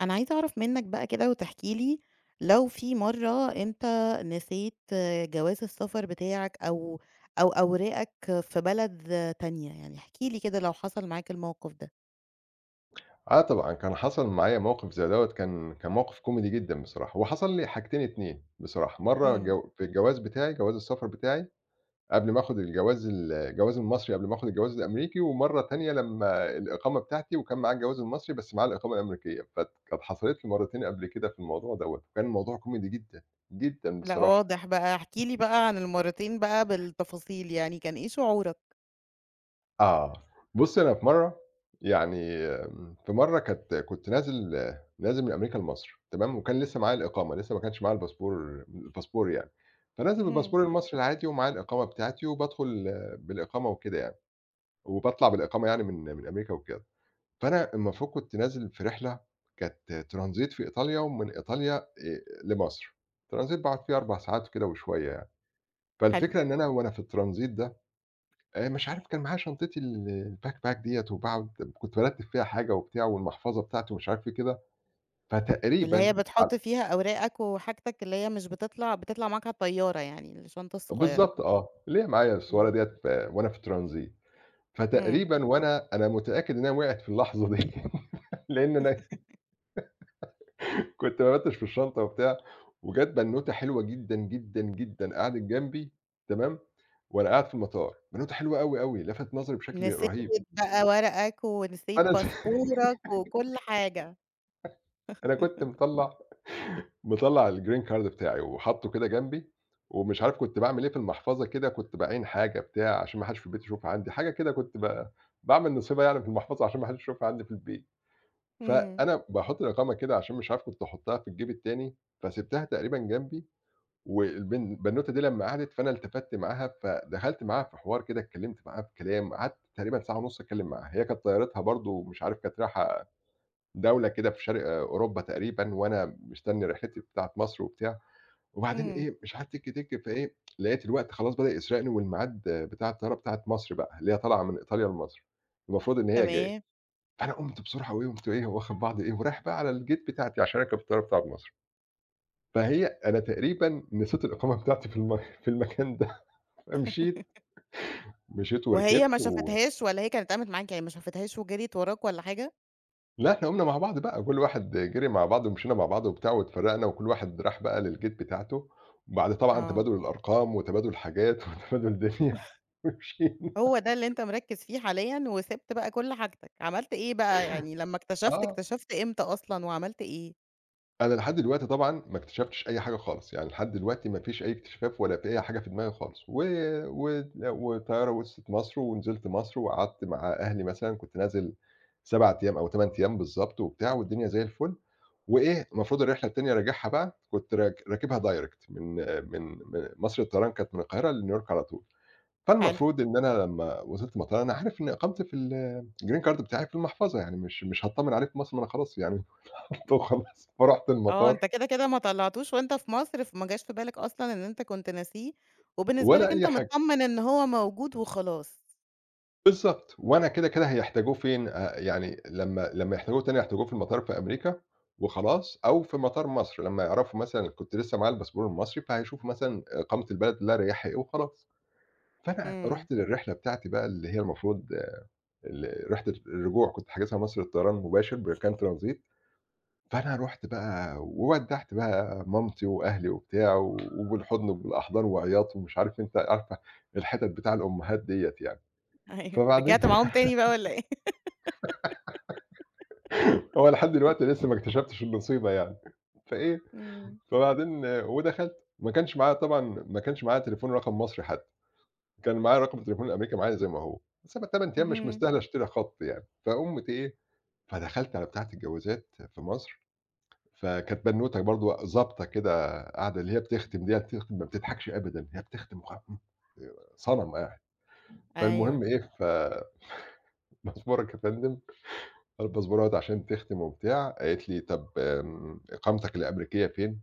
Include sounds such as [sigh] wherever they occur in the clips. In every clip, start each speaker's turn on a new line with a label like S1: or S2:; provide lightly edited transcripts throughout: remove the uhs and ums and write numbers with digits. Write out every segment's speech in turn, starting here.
S1: أنا عايزة أعرف منّك بقى كده وتحكي لي لو في مرّة أنت نسيت جواز السفر بتاعك أو أوراقك في بلد تانية، يعني احكِ لي كده لو حصل معاك الموقف ده.
S2: آه طبعًا، كان حصل معايا موقف زي دوّة، كان موقف كوميدي جدًا بصراحة. هو حصل لي حاجتين 2 بصراحة. مرّة
S1: إمم،
S2: جو في الجواز بتاعي، جواز السفر بتاعي، قبل ما آخُد الجواز الجواز المصري قبل ما آخُد الجواز الأمريكي. ومرّة تانية لمّا الإقامة بتاعتي وكان معايا الجواز المصري بس معايا الإقامة الأمريكية. كانت حصلت لي مرّتين قبل كده في الموضوع دوّة، وكان الموضوع كوميدي جدًا، جدًا
S1: لأ
S2: بصراحة.
S1: واضح بقى، احكِ لي بقى عن المرّتين بقى بالتفاصيل، يعني كان إيه شعورك؟
S2: آه. بُصّي، أنا في مرّة يعني في مرّة كنت نازل آه، نازل من أمريكا لمصر تمام. وكان لسه معايا الإقامة، لسه ما كانش معايا الباسبور يعني. فنازل
S1: اهم.
S2: بالباسبور المصري العادي ومعايا الإقامة بتاعتي وبادخل بالإقامة وكده يعني. وباطلع بالإقامة يعني من أمريكا وكده. فأنا المفروض كنت نازل في رحلة كانت transit في إيطاليا ومن إيطاليا لمصر. transit باقعد فيه 4 ساعات كده وشوية يعني.
S1: حلو.
S2: فالفكرة إن أنا وأنا في الtransit ده مش عارف كان معايا شنطتي الbackpack ديّة وباقعد كنت بارتّب فيها حاجة وبتاع والمحفظة بتاعتي ومش عارف إيه كده.
S1: اللي هي
S2: فتقريبًا ع
S1: بتحُط فيها أوراقك وحاجتك اللي هي مش بتطلع معاك على الطيارة يعني الشنطة الصغيّرة.
S2: بالضبط آه، اللي هي معايا الصورة
S1: إمم.
S2: ديّة وأنا في transit.
S1: إمم.
S2: فتقريبًا وأنا متأكد إن أنا وقعت في اللحظة دي [laughs] لإن أنا كنت بابتّش في الشنطة وبتاع. وجات بنوتة حلوة جدًا، جدًا، جدًا قعدت جنبي تمام. وأنا قاعد في المطار، بنوتة حلوة أوي، أوي، لفَت نظري بشكل رهيب.
S1: نسيت بقى ورقك ونسيت
S2: فأنا [laughs]
S1: باسبورك وكل حاجة.
S2: أنا كنت مطلّع الgreen card بتاعي وحاطّه كده جنبي. ومش عارف كنت باعمل إيه في المحفظة كده، كنت باعين حاجة بتاع عشان ما حدّش في البيت يشوفها عندي، حاجة كده كنت ب باعمل نصيبها يعني في المحفظة عشان ما حدّش يشوفها عندي في البيت.
S1: إمم،
S2: فأنا باحُط الإقامة كده عشان مش عارف كنت أحُطّها في الجيب التاني. فسِبتها تقريبًا جنبي. البنوتة دي لمّا قعدِت فأنا التفَتّ معاها، فدخلت معاها في حوار كده، اتكلّمت معاها في كلام، قعدت تقريبًا ساعة ونُص أتكلّم معاها. هي كانت طيارتها برضه مش عارف كانت رايحة دولة كده في شرق أوروبا تقريبًا. وأنا مستني رحلتي بتاعة مصر وبتاع. وبعدين
S1: إمم،
S2: إيه مش عارف تِك، تِك، فإيه لقيت الوقت خلاص بدأ يسرقني والميعاد بتاع الطيارة بتاعة مصر بقى، اللي هي طالعة من إيطاليا لمصر. المفروض إن هي جاية.
S1: تمام.
S2: فأنا قُمت بسرعة وإيه، قُمت إيه واخد بعضي إيه ورايح بقى على الgate بتاعتي عشان أركب الطيارة بتاعة مصر. فهي أنا تقريبًا نسيت الإقامة بتاعتي في [laughs] في المكان ده. [laughs] فمشيت، مشيت
S1: وهي ما
S2: وركبت
S1: شافتهاش والّا هي كانت قامت معاك، يعني ما شافتهاش وجريت وراك والّا حاجة؟
S2: لأ، إحنا قُمنا مع بعض بقى، كل واحد جري مع بعض ومشينا مع بعض وبتاع واتفرّقنا وكل واحد راح بقى للGate بتاعته. وبعد طبعًا
S1: آه،
S2: تبادُل الأرقام وتبادُل حاجات [laughs] وتبادُل دنيا ومشينا.
S1: هو ده اللي أنت مركّز فيه حاليًا وسِبت بقى كل حاجتك، عملت إيه بقى، يعني لمّا اكتشفت،
S2: آه.
S1: اكتشفت إمتى أصلًا وعملت إيه؟
S2: أنا لحد دلوقتي طبعًا ما اكتشفتش أي حاجة خالص. يعني لحد دلوقتي ما فيش أي اكتشاف ولا في أي حاجة في دماغي خالص و و وطيارة وصلِت مصر ونزلت مصر وقعدت مع أهلي مثلًا. كنت نازل 7 أيام أو 8 أيام بالضبط وبتاع والدنيا زي الفُل. وإيه، المفروض الرحلة التانية راجعها بقى كنت راكبها direct من من مصر الطيران كانت من القاهرة لنيويورك على طول.
S1: حلو،
S2: فالمفروض إن أنا لمّا وصلت المطار أنا عارف إن إقامتي في ال الgreen card بتاعي في المحفظة. يعني مش هاتطمن عليه في مصر ما أنا خلاص يعني [laughs] رُحت وخلاص. فرُحت
S1: آه،
S2: المطار
S1: أنت كده، كده ما طلّعتوش وأنت في مصر، فما جاش في بالك أصلًا إن أنت كنت ناسيه، وبالنسبة
S2: ولا
S1: لك أنت
S2: أي حاجة.
S1: متطمن إن هو موجود وخلاص.
S2: بالضبط، وأنا كده، كده هيحتاجوه فين يعني لمّا يحتاجوه تاني هيحتاجوه في المطار في أمريكا وخلاص. أو في مطار مصر لمّا يعرفوا مثلًا كنت لسه معايا الباسبور المصري، فهيشوفوا مثلًا إقامة البلد اللي أنا رايحها إيه وخلاص. فأنا
S1: إمم،
S2: رُحت للرحلة بتاعتي بقى اللي هي المفروض رحلة الرجوع كنت حاجزها مصر الطيران مباشر كان ترانزيت. فأنا رُحت بقى وودّعت بقى مامتي وأهلي وبتاع وبالحضن وبالأحضان وعياط ومش عارف أنت عارفة الحِتَت بتاع الأمهات ديّة يعني.
S1: [laughs] أيوه،
S2: فبعدين
S1: رجعت معاهم
S2: [laughs]
S1: تاني بقى والّا إيه؟
S2: هو لحد دلوقتي لسه ما اكتشفتش النصيبة يعني. فإيه،
S1: إمم،
S2: فبعدين آه، ودخلت. ما كانش معايا تليفون رقم مصري حتى. كان معايا رقم التليفون الأمريكي معايا زي ما هو. بس أنا ال8 أيام مش
S1: اهم.
S2: مستاهلة أشتري خَط يعني. فأمّتي إيه. فدخلت على بتاعة الجوازات في مصر. فكانت بنوتة برضه ضابطة كده قاعدة اللي هي بتختم ديّة بتختم ما بتضحكش أبدًا. هي بتختم صنم قاعد.
S1: أيوه،
S2: فالمهم إيه، [laughs] "باسبورك يا فندم؟" الباسبورات عشان تختم وبتاع. قالت لي: "طب إقامتك الأمريكية فين؟"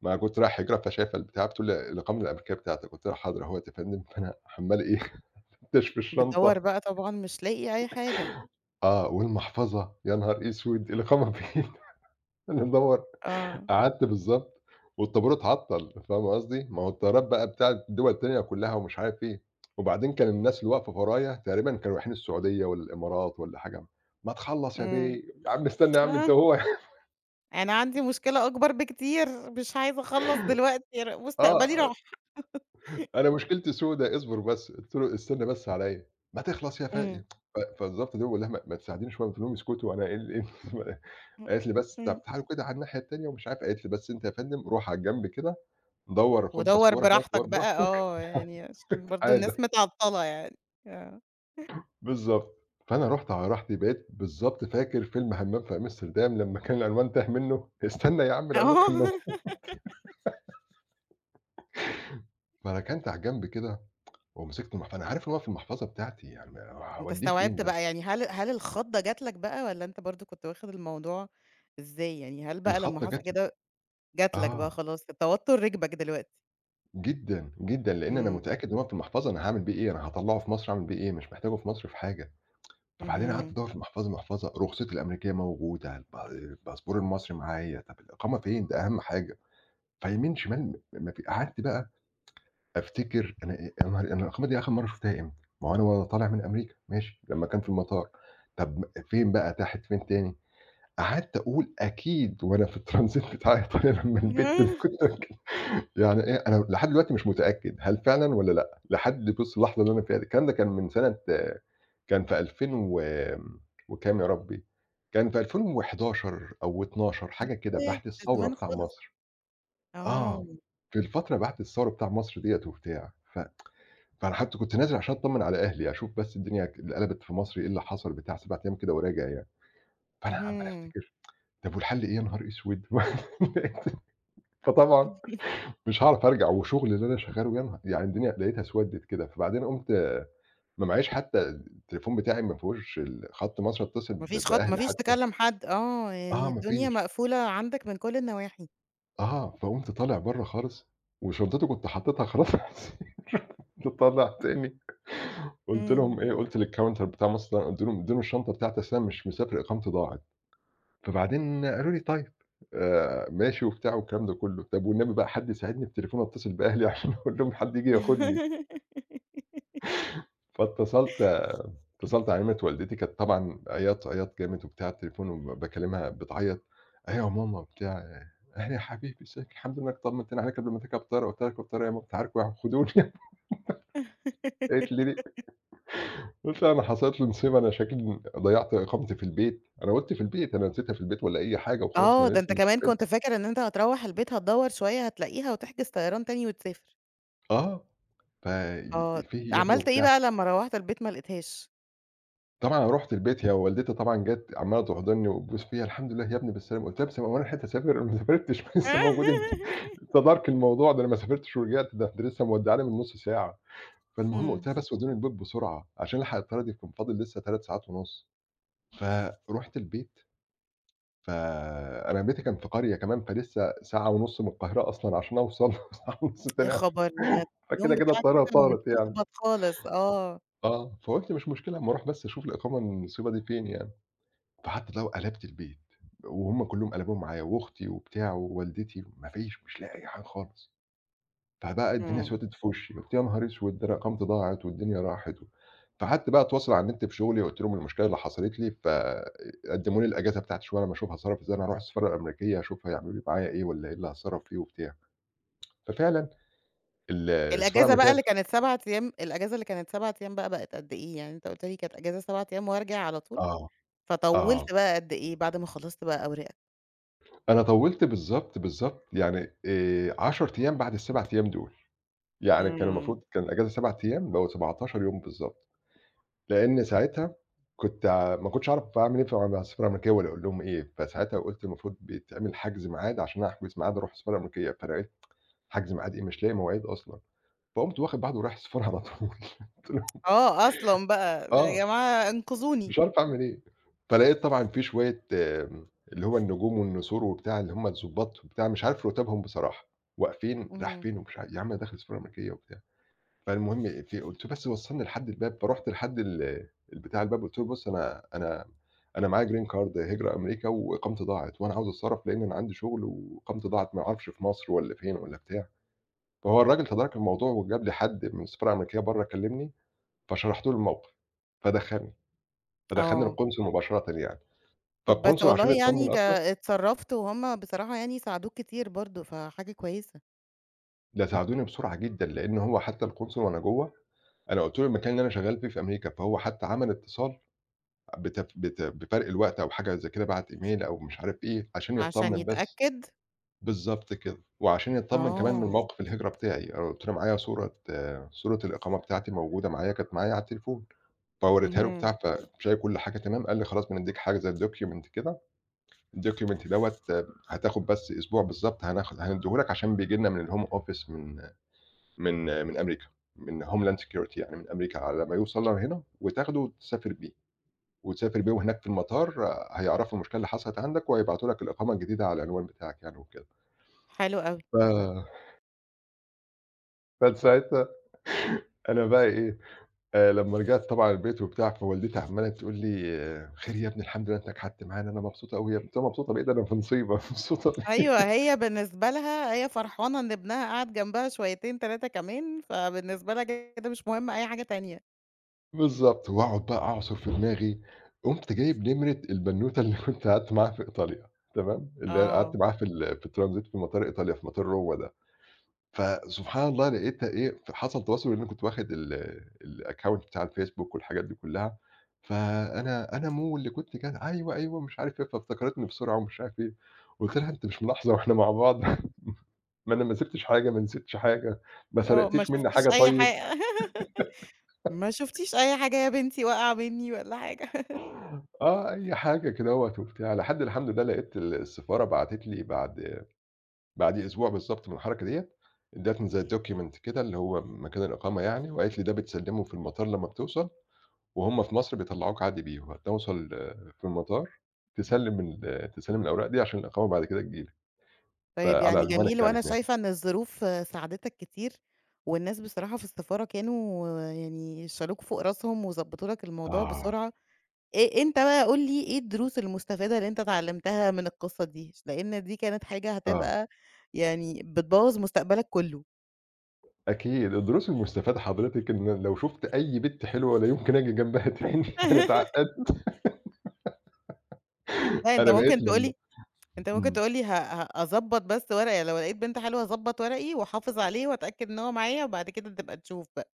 S2: ما أنا كنت رايح هجرة فشايفة البتاع، بتقول لي: "الإقامة الأمريكية بتاعتك." قُلت لها: "حاضر أهوّة يا فندم." [laughs] فأنا عمّال إيه [laughs] أفتش في
S1: بتدوّر
S2: الشنطة
S1: بقى طبعًا مش لاقي أي حاجة.
S2: آه، والمحفظة. يا نهار أسود! الإقامة فين؟ [laughs] أنا مدوّر
S1: آه،
S2: قعدت بالضبط. والطابور اتعطّل، فاهمة قصدي؟ ما هو الطيارات بقى بتاعة الدول التانية كلّها ومش عارف إيه. وبعدين كان الناس اللي واقفة ورايا تقريبًا كانوا رايحين السعودية والّا الإمارات والّا حاجة. "ما تخلّص يا بيه،
S1: إمم.
S2: يا عم استنى يا عم أنت
S1: آه،
S2: وهو" [laughs]
S1: أنا عندي مشكلة أكبر بكتير، مش عايزة أخلّص دلوقتي مستقبلي
S2: آه،
S1: راح.
S2: "أنا مشكلتي سودا اصبر بس." قُلت له: "استنى بس عليَّ." "ما تخلص يا
S1: إمم.
S2: فايق." ف فالضبط دي باقول لها: "ما تساعديني شوية." قُلت لهم: "اسكتوا أنا إيه إيه [laughs] ال"
S1: إمم،
S2: قالت لي: "بس
S1: إمم.
S2: طَب تعالوا كده على الناحية التانية." ومش عارف، قالت لي: "بس أنت يا فندم روح على الجنب كده، دوّر خُد
S1: ودوّر
S2: باسبورك اهوّة
S1: براحتك
S2: دوّر
S1: بقى
S2: براحتك،
S1: يعني عشان برضه
S2: تعالَ."
S1: الناس متعطّلة يعني. آه. [laughs]
S2: بالضبط. فأنا رُحت على راحتي بقيت بالضبط فاكر فيلم همام في أمستردام لمّا كان العنوان تاه منّه، استنى يا عم العنوان كان
S1: آه.
S2: موجود. فركنت على الجنب كده ومسكت أنا عارف إن هو في المحفظة بتاعتي يعني ما
S1: أنت
S2: هاودّيه فين
S1: استوعبت
S2: ده؟
S1: بقى يعني هل الخضّة جات لك بقى والّا أنت برضه كنت واخد الموضوع إزاي؟ يعني هل بقى لمّا
S2: الخضة جات
S1: حصل كده جات لك بقى
S2: آه،
S1: خلاص التوتر ركبك دلوقتي؟
S2: جدًا، جدًا، لإن أنا
S1: إمم،
S2: متأكد إن هو في المحفظة أنا هاعمل بيه إيه؟ أنا هاطلّعه في مصر أعمل بيه إيه؟ مش محتاجه في مصر في حاجة. فبعدين قعدت
S1: اهم.
S2: أدوّر في المحفظة، محفظة، رخصتي الأمريكية موجودة، الباسبور المصري معايا. طب الإقامة فين؟ ده أهم حاجة. فيمين شمال ما في قعدت بقى أفتكر أنا يا نهار أنا الخامة دي آخر مرّة شُفتها إمتى؟ ما هو أنا وأنا طالع من أمريكا ماشي، لمّا كان في المطار. طَب فين بقى تحت فين تاني؟ قعدت أقول أكيد وأنا في الترانزيت بتاع إيطاليا [laughs] لمّا
S1: [laughs]
S2: البت اللي
S1: ياه!
S2: كنت راكب يعني إيه أنا لحد دلوقتي مش متأكد هل فعلًا والّا لأ، لحد بُص اللحظة اللي أنا فيها دي. الكلام ده كان من سنة كان في 2000 و وكام يا ربي. كان في 2011 أو 12 حاجة كده،
S1: ياه!
S2: بعد
S1: ده
S2: الثورة
S1: زمان
S2: بتاع
S1: خالص.
S2: مصر.
S1: آه.
S2: آه، في الفترة بعد الثورة بتاع مصر ديّة وبتاع. فأنا حتى كنت نازل عشان أطمّن على أهلي، أشوف بس الدنيا قلبت في مصر إيه اللي حصل بتاع 7 أيام كده وراجع يعني. فأنا عمّال
S1: اهم.
S2: أفتكر طب والحل إيه؟ يا نهار أسود! [laughs] فطبعًا
S1: [laughs]
S2: مش هاعرف أرجع وشغل اللي أنا شغّاله يا نها يعني الدنيا لقيتها اسودِّت كده. فبعدين قُمت ما معيش حتى التليفون بتاعي ما فيهوش خَط مصر أتصل
S1: ما فيش خط ما
S2: بأهلي
S1: فيش
S2: حتى
S1: تكلّم حد
S2: آه
S1: يعني
S2: ما
S1: الدنيا
S2: فيش.
S1: مقفولة عندك من كل النواحي.
S2: آه، فقُمت طالع برّه خالص وشنطتي كنت حاططها خلاص [laughs] على السرير طالع تاني. قُلت
S1: إمم.
S2: لهم إيه، قُلت للcounter بتاع مصر ده، قُلت لهم ادّوني الشنطة بتاعتي أصل أنا مش مسافر إقامتي ضاعت. فبعدين قالوا لي: "طيب ماشي." وبتاع والكلام ده كله. طب والنبي بقى حد يساعدني بالتليفون أتصل بأهلي [laughs] عشان أقول لهم حد ييجي ياخدني.
S1: [laughs]
S2: فاتصلت اتصلت على نمرة والدتي كانت طبعًا عياط عياط جامد وبتاع التليفون وباكلمها بتعيط. "أيوه يا ماما." بتاع "أهلا يا حبيبي إزيك؟ الحمد لله إنك طمنتني عليك قبل ما تركب الطيارة." قُلت لها: "أركب الطيارة إيه يا ماما؟ أنتِ عارفة يعني هياخدوني." [laughs] قالت لي: "ليه؟" قُلت لها: "أنا حصلت لي نصيب أنا شكلي ضيعت إقامتي في البيت." أنا قُلت في البيت، أنا نسيتها في البيت والّا أي حاجة وخلاص ما
S1: آه.
S2: أنا
S1: ده أنت
S2: لسه مش في
S1: كمان
S2: بالي.
S1: كنت فاكر إن أنت هتروّح البيت هتدوّر شوية هتلاقيها وتحجز طيران تاني وتسافر.
S2: آه، ف
S1: آه.
S2: "فيه إيه يا ابني؟"
S1: عملت إيه
S2: وبتاع
S1: بقى لمّا روّحت البيت ما لقيتهاش؟
S2: طبعًا أنا رُحت البيت. هي والدتي طبعًا جات عمّالة تحضني وتبوس فيّا، "الحمد لله يا ابني بالسلامة." قُلت لها: "بس هو أنا حتّة أسافر؟ أنا ما سافرتش [laughs] لسه موجود أنتم
S1: [laughs]
S2: أنت دارك الموضوع، ده أنا ما سافرتش ورجعت، ده أنتِ لسه مودّعاني من نُص ساعة." فالمهم
S1: إمم.
S2: قُلت لها: "بس ودّوني البيت بسرعة عشان ألحق الطيارة دي، كان فاضل لسه 3 ساعات ونُص." فرُحت البيت. فأنا بيتي كان في قرية كمان. فلسه ساعة ونُص من القاهرة أصلًا عشان أوصل [laughs] وساعة ونُص
S1: يا
S2: تاني عشان
S1: خبر! ده اليوم
S2: فكده، كده
S1: بتاعك ده
S2: الطيارة
S1: كان
S2: طارت يعني.
S1: متلخبط خالص. آه.
S2: آه، فقُلت مش مشكلة أمّا أروح بس أشوف الإقامة النصيبة دي فين يعني. فحتى لو قلبت البيت وهُم كلّهم قلبوهم معايا وأختي وبتاع ووالدتي، ما فيش مش لاقي أي حاجة خالص. فبقى الدنيا
S1: إمم.
S2: سودت في وشّي، قُلت يا نهار أسود! ده أنا إقامتي ضاعت والدنيا راحت فقعدت بقى أتواصل على النت في شغلي وقُلت لهم المشكلة اللي حصلت لي. فقدّموا لي الأجازة بتاعتي شوية لمّا أشوف هاتصرّف إزاي، أنا هاروح السفارة الأمريكية أشوف هيعملوا لي معايا إيه والّا إيه اللي هاتصرّف فيه وبتاع. ففعلًا السفارة
S1: الأجازة بقى
S2: الأمريكية
S1: اللي كانت 7 أيام الأجازة اللي كانت 7 أيام بقى بقت قد إيه؟ يعني أنت قُلت لي كانت أجازة 7 أيام وأرجع على طول،
S2: آه، آه،
S1: فطوّلت بقى قد إيه بعد ما خلّصت بقى أوراقك؟
S2: أنا طوّلت بالضبط، بالضبط يعني 10 أيام بعد ال7 أيام دول. يعني كان
S1: إمم.
S2: المفروض كان الأجازة 7 أيام، بقوا 17 يوم بالضبط، لإن ساعتها كنت ع ما كنتش أعرف أعمل إيه مع السفارة الأمريكية والّا أقول لهم إيه، فساعتها قُلت المفروض بيتعمل حجز ميعاد عشان أحجز ميعاد أروح السفارة الأمريكية، فأنا إيه، حجز ميعاد إيه، مش لاقي مواعيد أصلًا، فقُمت واخد بعضي ورايح السفارة على طول. [laughs] قُلت لهم
S1: آه، أصلًا بقى يا
S2: آه،
S1: جماعة أنقذوني.
S2: مش عارف أعمل إيه، فلقيت طبعًا في شوية اللي هو النجوم والنسور وبتاع اللي هم الضباط وبتاع، مش عارف رُتبهم بصراحة، واقفين رايح
S1: اهم.
S2: فين ومش عارف يا عم أنا داخل السفارة الأمريكية وبتاع. فالمهم قُلت له: "بس وصّلني لحد الباب." فرُحت لحد ال الباب قُلت له: "بُص أنا أنا معايا green card هجرة أمريكا وإقامتي ضاعت وأنا عاوز أتصرّف لإن أنا عندي شُغل وإقامتي ضاعت ما أعرفش في مصر والّا فين والّا بتاع." فهو الراجل تدارك الموضوع وجاب لي حد من السفارة الأمريكية برّه كلّمني، فشرحت له الموقف، فدخّلني، فدخّلني
S1: آه.
S2: القُنصل مباشرة يعني.
S1: طب بس
S2: فالقُنصل عشان
S1: والله يعني
S2: يتطمّن أكتر،
S1: اتصرّفت وهُم بصراحة يعني ساعدوك كتير برضه، فحاجة كويسة.
S2: ده ساعدوني بسرعة جدًا، لإن هو حتى القُنصل وأنا جوّه أنا قُلت له المكان اللي أنا شغّال فيه في أمريكا، فهو حتى عمل اتصال بتف بت بفرق الوقت أو حاجة زي كده بعت إيميل أو مش عارف إيه، عشان
S1: عشان
S2: يتطمن بس.
S1: يتأكد؟
S2: بالضبط كده، وعشان يتطمن كمان من
S1: آه.
S2: موقف الهجرة بتاعي، أنا قُلت له معايا صورة آه، صورة الإقامة بتاعتي موجودة معايا، كانت معايا على التليفون، فوريتها له
S1: اهم.
S2: بتاع فشايف كل حاجة تمام، قال لي: "خلاص بندّيك حاجة زي الdocument كده، الdocument دوّة هتاخد بس أسبوع بالضبط هندّيه لك عشان بييجي لنا من الhome office من أمريكا، من homeland security يعني من أمريكا، على ما يوصل لهنا وتاخده وتسافر بيه." وتسافر بيهم هناك في المطار هيعرفوا المشكلة اللي حصلت عندك، وهيبعتوا لك الإقامة الجديدة على العنوان بتاعك يعني وكده.
S1: حلو أوي.
S2: ف [laughs] كان ساعتها أنا بقى إيه، لمّا رجعت طبعًا البيت وبتاع، فوالدتي عمّالة تقول لي: آه، "خير يا ابني الحمد لله أنت نجحت معانا، أنا مبسوطة أوي يا ابني." قُلت لها: "مبسوطة بإيه؟ ده أنا في نصيبة، [laughs] مبسوطة
S1: أيوه،
S2: بإيه؟"
S1: هي بالنسبة لها هي فرحانة إن ابنها قعد جنبها شويتين 3 كمان، فبالنسبة لها كده مش مهم أي حاجة تانية.
S2: بالضبط، وأقعد بقى أعصُر في دماغي، قُمت جايب نمرة البنوتة اللي كنت قعدت معاها في إيطاليا، تمام؟ اللي أنا قعدت
S1: آه،
S2: معاها في الtransit في مطار إيطاليا، في مطار روما ده. فسبحان الله لقيتها إيه، فحصل تواصل لإن أنا كنت واخد الaccount بتاع الفيسبوك والحاجات دي كلّها، فأنا مو اللي كنت كده أيوه، أيوه، مش عارف إيه، فافتكرتني بسرعة ومش عارف إيه، قُلت لها: "أنتِ مش ملاحظة وإحنا مع بعض؟ [laughs] ما أنا ما سِبتش حاجة، ما نسيتش حاجة، ما
S1: آه، ما
S2: سرقتيش منّي حاجة
S1: شُفتيش أي
S2: طيب؟"
S1: حاجة [laughs] ما شُفتيش أي حاجة يا بنتي واقعة منّي والّا حاجة. [laughs]
S2: آه، أي حاجة كدهوّة وبتاع، لحد الحمد لله لقيت السفارة بعتت لي بعد أسبوع بالضبط من الحركة ديّة، ادّتني زي document كده اللي هو مكان الإقامة يعني، وقالت لي: "ده بتسلّمه في المطار لمّا بتوصل." وهُم في مصر بيطلّعوك عادي بيهم، توصل في المطار تسلِّم الأوراق دي عشان الإقامة بعد كده تيجي لك،
S1: طيب
S2: فعلى
S1: يعني
S2: ألمانك
S1: جميل،
S2: يعني آه.
S1: وأنا
S2: هناك.
S1: شايفة إن الظروف ساعدتك كتير، والناس بصراحة في السفارة كانوا يعني شالوك فوق راسهم وضبّطوا لك الموضوع
S2: آه،
S1: بسرعة. أنت بقى قُل لي إيه الدروس المستفادة اللي أنت اتعلمتها من القصة دي؟ لإن دي كانت حاجة
S2: آه،
S1: هتبقى يعني بتبوّظ مستقبلك كُلّه.
S2: أكيد الدروس المستفادة حضرتِك إن لو شُفت أي بِت حلوة لا يمكن آجي جنبها [laughs] تاني، أنا
S1: [laughs]
S2: اتعقّدت،
S1: لأ
S2: أنا بقيت لمّا
S1: أنت ممكن
S2: إمم.
S1: تقول لي ه ه هاضبّط بس ورقي، لو لقيت بنت حلوة هاضبّط ورقي وأحافظ عليه وأتأكد إن هو معايا وبعد كده تبقى تشوف بقى.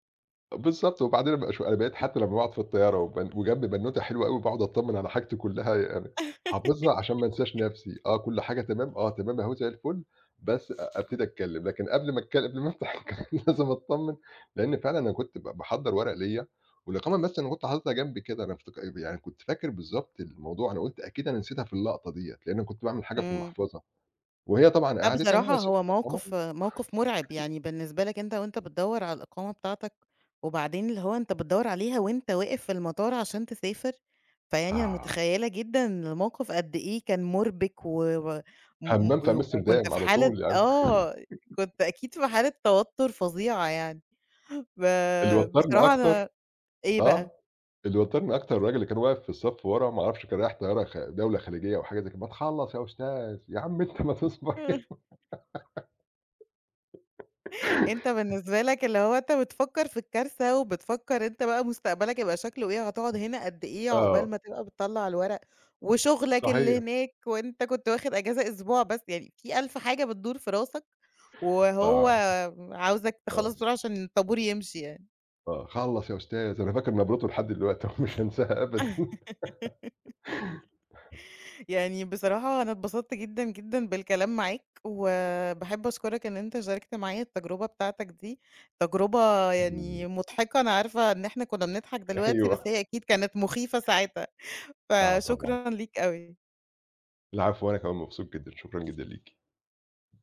S2: بالضبط، وبعدين أنا بقى أنا بقيت حتى لمّا باقعد في الطيارة وجنبي بنوتة حلوة أوي باقعد أتطمن على حاجتي كلّها يعني حافظها عشان ما انساش نفسي، آه كل حاجة تمام، آه تمام أهو زي الفل، بس أبتدي أتكلم، لكن قبل ما أفتح الكلام [laughs] لازم أتطمن، لإن فعلًا أنا كنت باحضّر ورق ليّا والإقامة بس أنا كنت حاططها جنبي كده، أنا افتك يعني كنت فاكر بالضبط الموضوع، أنا قُلت أكيد أنا نسيتها في اللقطة ديّة، لإن أنا كنت باعمل حاجة في
S1: إمم.
S2: المحفظة، وهي طبعًا
S1: لأ
S2: قعدت أنا
S1: بصراحة
S2: سِبت
S1: هو
S2: الإقامة
S1: موقف موقف مُرعب يعني بالنسبة لك أنت وأنت بتدوّر على الإقامة بتاعتك، وبعدين اللي هو أنت بتدوّر عليها وأنت واقف في المطار عشان تسافر، فيعني أنا
S2: آه،
S1: متخيّلة جدًا الموقف قد إيه كان مُربِك و و م
S2: حمّام في
S1: م وكنت
S2: أمستردام
S1: في
S2: على
S1: حالة
S2: طول يعني،
S1: كنت أكيد في حالة توتر فظيعة يعني. [laughs] ب
S2: اللي وتّرني
S1: بصراحة
S2: أكتر
S1: أنا إيه بقى؟
S2: آه، اللي وتّرني أكتر الراجل اللي كان واقف في الصف ورا ما أعرفش كان رايح طيارة دولة خليجية أو حاجة زي كده، "ما تخلّص يا أستاذ، يا عم أنت ما تصبر."
S1: أنت
S2: [laughs]
S1: بالنسبة لك اللي هو أنت بتفكّر في الكارثة، وبتفكّر أنت بقى مستقبلك هيبقى شكله إيه، هتقعد هنا قد إيه عقبال
S2: آه،
S1: ما تبقى بتطلّع الورق، وشغلك اللي
S2: صحيح،
S1: هناك وأنت كنت واخد أجازة أسبوع بس، يعني في ألف حاجة بتدور في راسك، وهو
S2: آه،
S1: عاوزك
S2: آه،
S1: تخلّص بسرعة عشان الطابور يمشي يعني.
S2: آه، "خلّص يا أستاذ." أنا فاكر نبرته لحد دلوقتي ومش هانساها أبدًا. [laughs]
S1: يعني بصراحة أنا اتبسطت جدًا، جدًا بالكلام معاك، وباحب أشكرك إن أنت شاركت معايا التجربة بتاعتك دي، تجربة
S2: إمم.
S1: يعني مضحكة، أنا عارفة إن إحنا كنا بنضحك دلوقتي، بس
S2: أيوه،
S1: هي أكيد كانت مخيفة ساعتها،
S2: آه طبعًا.
S1: فشكرًا ليك أوي.
S2: العفو، وأنا كمان مبسوط جدًا، شكرًا جدًا ليكِ.